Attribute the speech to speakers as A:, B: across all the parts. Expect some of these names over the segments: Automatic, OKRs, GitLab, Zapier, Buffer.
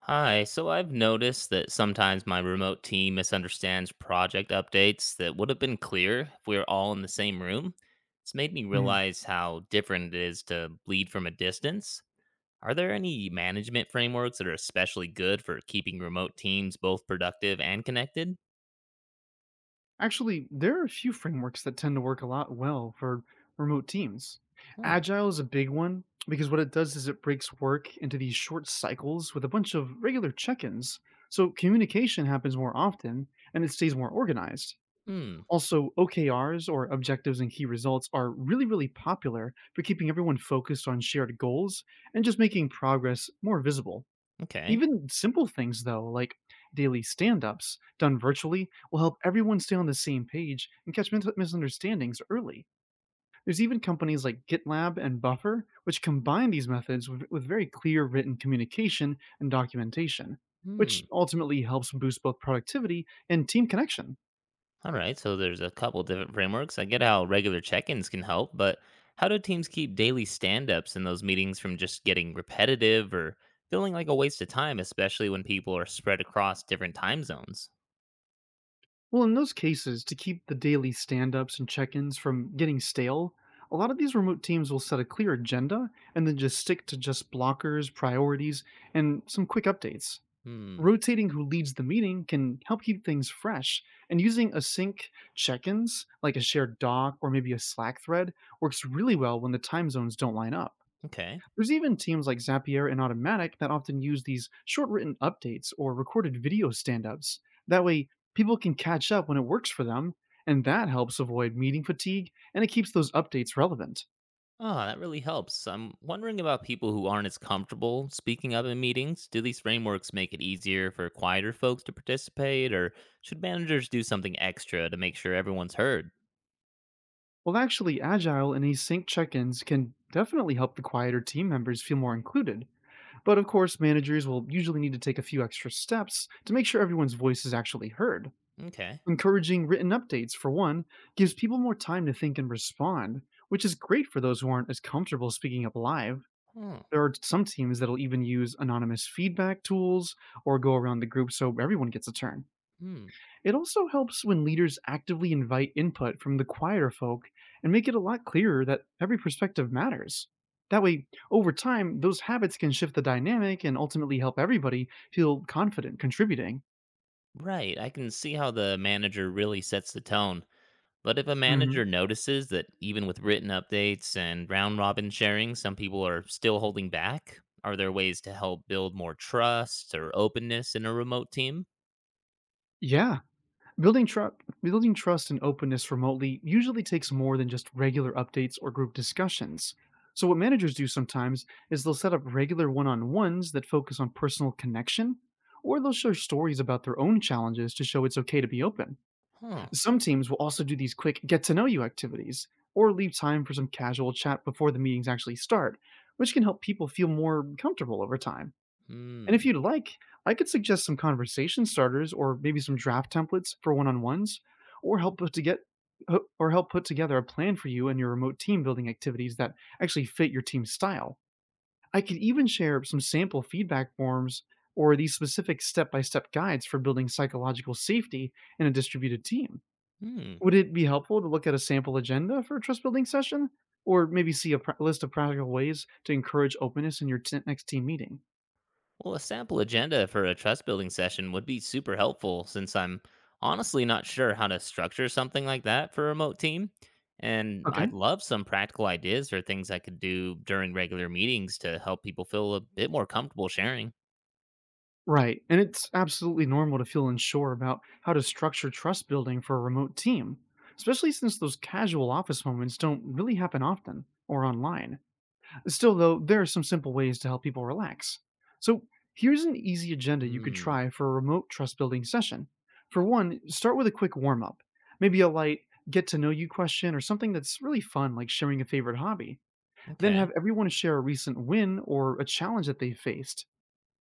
A: Hi, so I've noticed that sometimes my remote team misunderstands project updates that would have been clear if we were all in the same room. It's made me
B: Mhm.
A: realize how different it is to lead from a distance. Are there any management frameworks that are especially good for keeping remote teams both productive and connected?
B: Actually, there are a few frameworks that tend to work a lot well for remote teams.
A: Hmm.
B: Agile is a big one because what it does is it breaks work into these short cycles with a bunch of regular check ins. So communication happens more often and it stays more organized.
A: Hmm.
B: Also, OKRs or objectives and key results are really, really popular for keeping everyone focused on shared goals and just making progress more visible.
A: Okay.
B: Even simple things, though, like daily stand ups done virtually, will help everyone stay on the same page and catch misunderstandings early. There's even companies like GitLab and Buffer, which combine these methods with very clear written communication and documentation, which
A: Hmm.
B: ultimately helps boost both productivity and team connection.
A: All right, so there's a couple different frameworks. I get how regular check-ins can help, but how do teams keep daily stand-ups in those meetings from just getting repetitive or feeling like a waste of time, especially when people are spread across different time zones?
B: Well, in those cases, to keep the daily stand ups and check ins from getting stale, a lot of these remote teams will set a clear agenda and then just stick to just blockers, priorities, and some quick updates.
A: Hmm.
B: Rotating who leads the meeting can help keep things fresh, and using async check ins, like a shared doc or maybe a Slack thread, works really well when the time zones don't line up.
A: Okay.
B: There's even teams like Zapier and Automatic that often use these short written updates or recorded video stand ups. That way, people can catch up when it works for them, and that helps avoid meeting fatigue and it keeps those updates relevant.
A: Ah, that really helps. I'm wondering about people who aren't as comfortable speaking up in meetings. Do these frameworks make it easier for quieter folks to participate, or should managers do something extra to make sure everyone's heard?
B: Well, actually, Agile and async check ins can definitely help the quieter team members feel more included. But of course, managers will usually need to take a few extra steps to make sure everyone's voice is actually heard.
A: Okay.
B: Encouraging written updates, for one, gives people more time to think and respond, which is great for those who aren't as comfortable speaking up live.
A: Huh.
B: There are some teams that'll even use anonymous feedback tools or go around the group so everyone gets a turn.
A: Hmm.
B: It also helps when leaders actively invite input from the quieter folk and make it a lot clearer that every perspective matters. That way, over time, those habits can shift the dynamic and ultimately help everybody feel confident contributing.
A: Right. I can see how the manager really sets the tone. But if a
B: Mhm.
A: manager notices that even with written updates and round robin sharing, some people are still holding back, are there ways to help build more trust or openness in a remote team?
B: Yeah, building trust, building trust and openness remotely usually takes more than just regular updates or group discussions. So what managers do sometimes is they'll set up regular one-on-ones that focus on personal connection, or they'll share stories about their own challenges to show it's okay to be open.
A: Huh.
B: Some teams will also do these quick get to know you activities or leave time for some casual chat before the meetings actually start, which can help people feel more comfortable over time. And if
A: Hmm.
B: you'd like, I could suggest some conversation starters or maybe some draft templates for one-on-ones or help put to get or help put together a plan for you and your remote team building activities that actually fit your team's style. I could even share some sample feedback forms or these specific step-by-step guides for building psychological safety in a distributed team.
A: Hmm.
B: Would it be helpful to look at a sample agenda for a trust building session? Or maybe see a list of practical ways to encourage openness in your next team meeting?
A: Well, a sample agenda for a trust building session would be super helpful since I'm honestly not sure how to structure something like that for a remote team. And
B: Okay.
A: I'd love some practical ideas or things I could do during regular meetings to help people feel a bit more comfortable sharing.
B: Right. And it's absolutely normal to feel unsure about how to structure trust building for a remote team, especially since those casual office moments don't really happen often or online. Still, though, there are some simple ways to help people relax. So, here's an easy agenda you could
A: Hmm.
B: try for a remote trust building session. For one, start with a quick warm up, maybe a light get to know you question or something that's really fun, like sharing a favorite hobby. Then
A: Okay.
B: have everyone share a recent win or a challenge that they faced.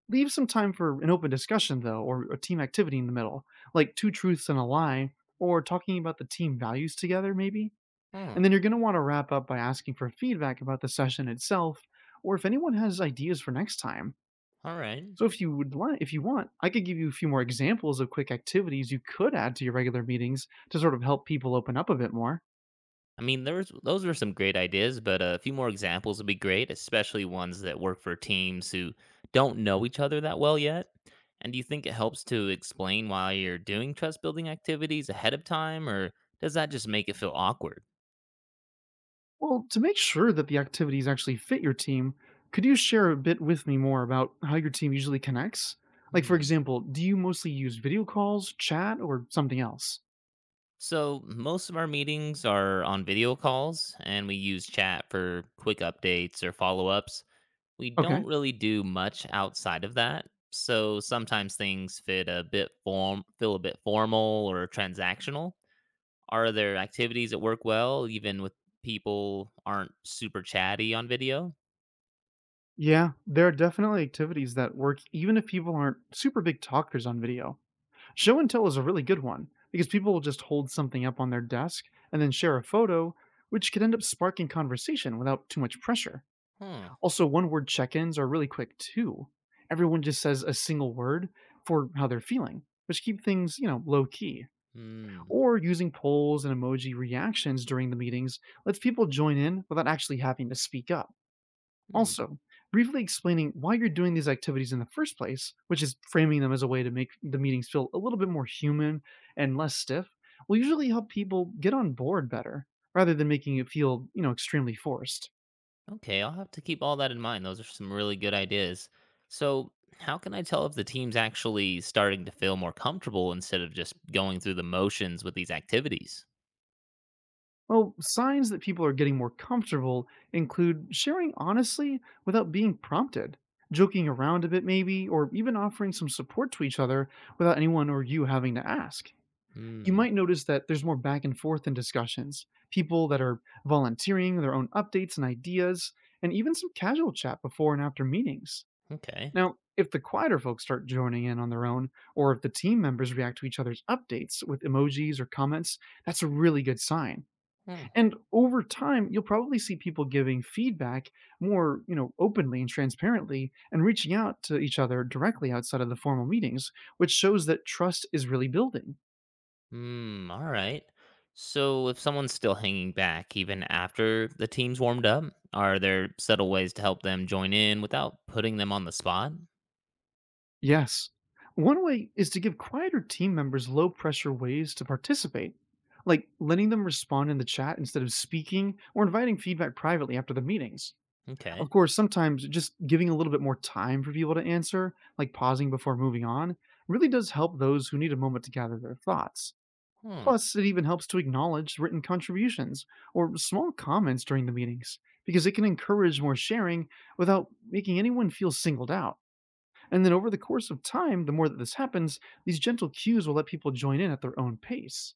B: Leave some time for an open discussion, though, or a team activity in the middle, like two truths and a lie, or talking about the team values together, maybe.
A: Hmm.
B: And then you're going to want to wrap up by asking for feedback about the session itself or if anyone has ideas for next time.
A: All right.
B: So if you want, I could give you a few more examples of quick activities you could add to your regular meetings to sort of help people open up a bit more.
A: I mean, there was those were some great ideas, but a few more examples would be great, especially ones that work for teams who don't know each other that well yet. And do you think it helps to explain why you're doing trust building activities ahead of time, or does that just make it feel awkward?
B: Well, to make sure that the activities actually fit your team, could you share a bit with me more about how your team usually connects? Like for
A: Hmm.
B: example, do you mostly use video calls, chat, or something else?
A: So, most of our meetings are on video calls, and we use chat for quick updates or follow ups. We
B: Okay.
A: don't really do much outside of that. So sometimes things fit a bit form feel a bit formal or transactional. Are there activities that work well even with people aren't super chatty on video?
B: Yeah, there are definitely activities that work even if people aren't super big talkers on video. Show and tell is a really good one because people will just hold something up on their desk and then share a photo, which could end up sparking conversation without too much pressure.
A: Huh.
B: Also, one word check ins are really quick too. Everyone just says a single word for how they're feeling, which keep things, low key.
A: Hmm.
B: Or using polls and emoji reactions during the meetings lets people join in without actually having to speak up.
A: Hmm.
B: Also, briefly explaining why you're doing these activities in the first place, which is framing them as a way to make the meetings feel a little bit more human and less stiff, will usually help people get on board better rather than making it feel, extremely forced.
A: Okay, I'll have to keep all that in mind. Those are some really good ideas. So, how can I tell if the team's actually starting to feel more comfortable instead of just going through the motions with these activities?
B: Well, signs that people are getting more comfortable include sharing honestly without being prompted, joking around a bit maybe, or even offering some support to each other without anyone or you having to ask. You
A: Hmm.
B: might notice that there's more back and forth in discussions, people that are volunteering their own updates and ideas, and even some casual chat before and after meetings.
A: Okay.
B: Now, if the quieter folks start joining in on their own, or if the team members react to each other's updates with emojis or comments, that's a really good sign.
A: Hmm.
B: And over time, you'll probably see people giving feedback more, openly and transparently and reaching out to each other directly outside of the formal meetings, which shows that trust is really building.
A: Hmm, all right. So if someone's still hanging back even after the team's warmed up, are there subtle ways to help them join in without putting them on the spot?
B: Yes. One way is to give quieter team members low pressure ways to participate, like letting them respond in the chat instead of speaking or inviting feedback privately after the meetings.
A: Okay.
B: Of course, sometimes just giving a little bit more time for people to answer, like pausing before moving on, really does help those who need a moment to gather their thoughts.
A: Huh.
B: Plus, it even helps to acknowledge written contributions or small comments during the meetings, because it can encourage more sharing without making anyone feel singled out. And then over the course of time, the more that this happens, these gentle cues will let people join in at their own pace.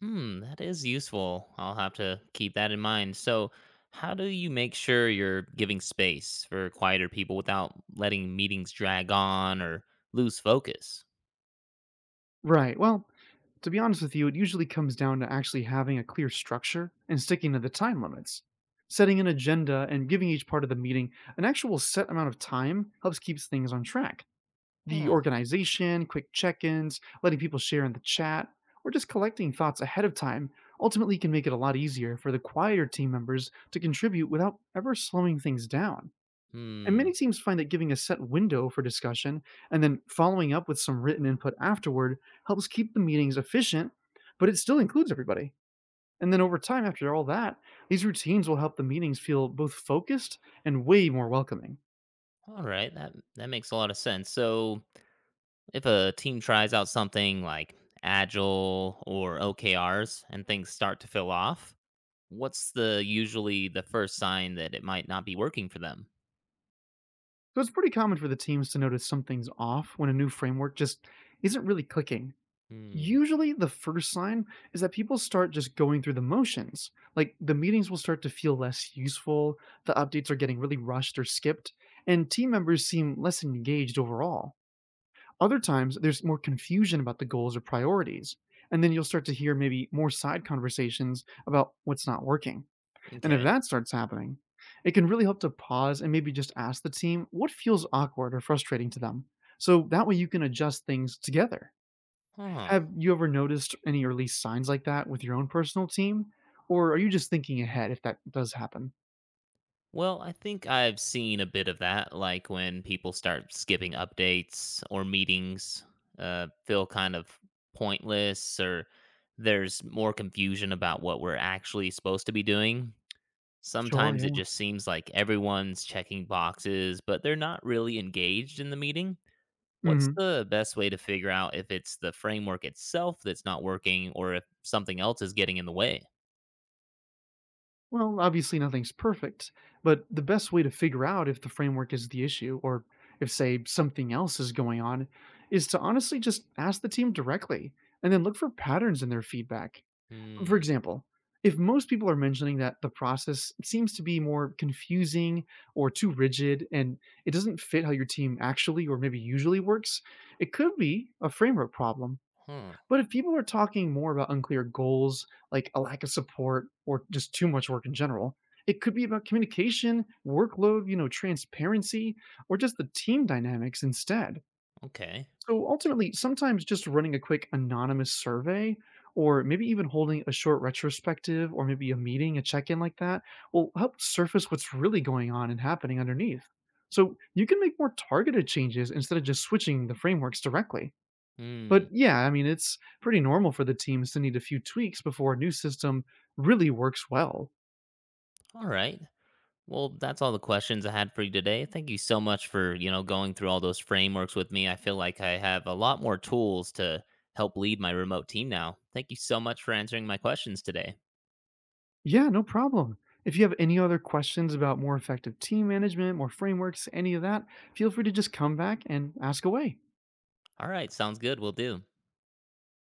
A: Hmm, that is useful. I'll have to keep that in mind. So, how do you make sure you're giving space for quieter people without letting meetings drag on or lose focus?
B: Right. Well, to be honest with you, it usually comes down to actually having a clear structure and sticking to the time limits. Setting an agenda and giving each part of the meeting an actual set amount of time helps keeps things on track. The
A: Huh.
B: organization, quick check ins, letting people share in the chat, or just collecting thoughts ahead of time ultimately can make it a lot easier for the quieter team members to contribute without ever slowing things down. And
A: Hmm.
B: many teams find that giving a set window for discussion and then following up with some written input afterward helps keep the meetings efficient, but it still includes everybody. And then over time, after all that, these routines will help the meetings feel both focused and way more welcoming.
A: All right. That makes a lot of sense. So, if a team tries out something like Agile or OKRs and things start to fill off, what's the usually the first sign that it might not be working for them?
B: So it's pretty common for the teams to notice something's off when a new framework just isn't really clicking.
A: Hmm.
B: Usually the first sign is that people start just going through the motions. Like the meetings will start to feel less useful, the updates are getting really rushed or skipped, and team members seem less engaged overall. Other times, there's more confusion about the goals or priorities. And then you'll start to hear maybe more side conversations about what's not working. And if
A: Okay.
B: that starts happening, it can really help to pause and maybe just ask the team what feels awkward or frustrating to them. So that way you can adjust things together.
A: Huh.
B: Have you ever noticed any early signs like that with your own personal team? Or are you just thinking ahead if that does happen?
A: Well, I think I've seen a bit of that, like when people start skipping updates or meetings, feel kind of pointless, or there's more confusion about what we're actually supposed to be doing.
B: Sure,
A: Sometimes it
B: yeah.
A: just seems like everyone's checking boxes, but they're not really engaged in the meeting. What's
B: hmm
A: the best way to figure out if it's the framework itself that's not working or if something else is getting in the way?
B: Well, obviously nothing's perfect, but the best way to figure out if the framework is the issue or if, say, something else is going on is to honestly just ask the team directly and then look for patterns in their feedback. For
A: Hmm.
B: example, if most people are mentioning that the process seems to be more confusing or too rigid and it doesn't fit how your team actually or maybe usually works, it could be a framework problem.
A: Huh.
B: But if people are talking more about unclear goals, like a lack of support or just too much work in general, it could be about communication, workload, transparency, or just the team dynamics instead.
A: Okay.
B: So ultimately, sometimes just running a quick anonymous survey or maybe even holding a short retrospective or maybe a meeting, a check in like that will help surface what's really going on and happening underneath. So you can make more targeted changes instead of just switching the frameworks directly. But
A: Hmm.
B: yeah, I mean, it's pretty normal for the teams to need a few tweaks before a new system really works well.
A: All right. Well, that's all the questions I had for you today. Thank you so much for going through all those frameworks with me. I feel like I have a lot more tools to help lead my remote team now. Thank you so much for answering my questions today.
B: Yeah, no problem. If you have any other questions about more effective team management, more frameworks, any of that, feel free to just come back and ask away.
A: All right, sounds good. We'll do.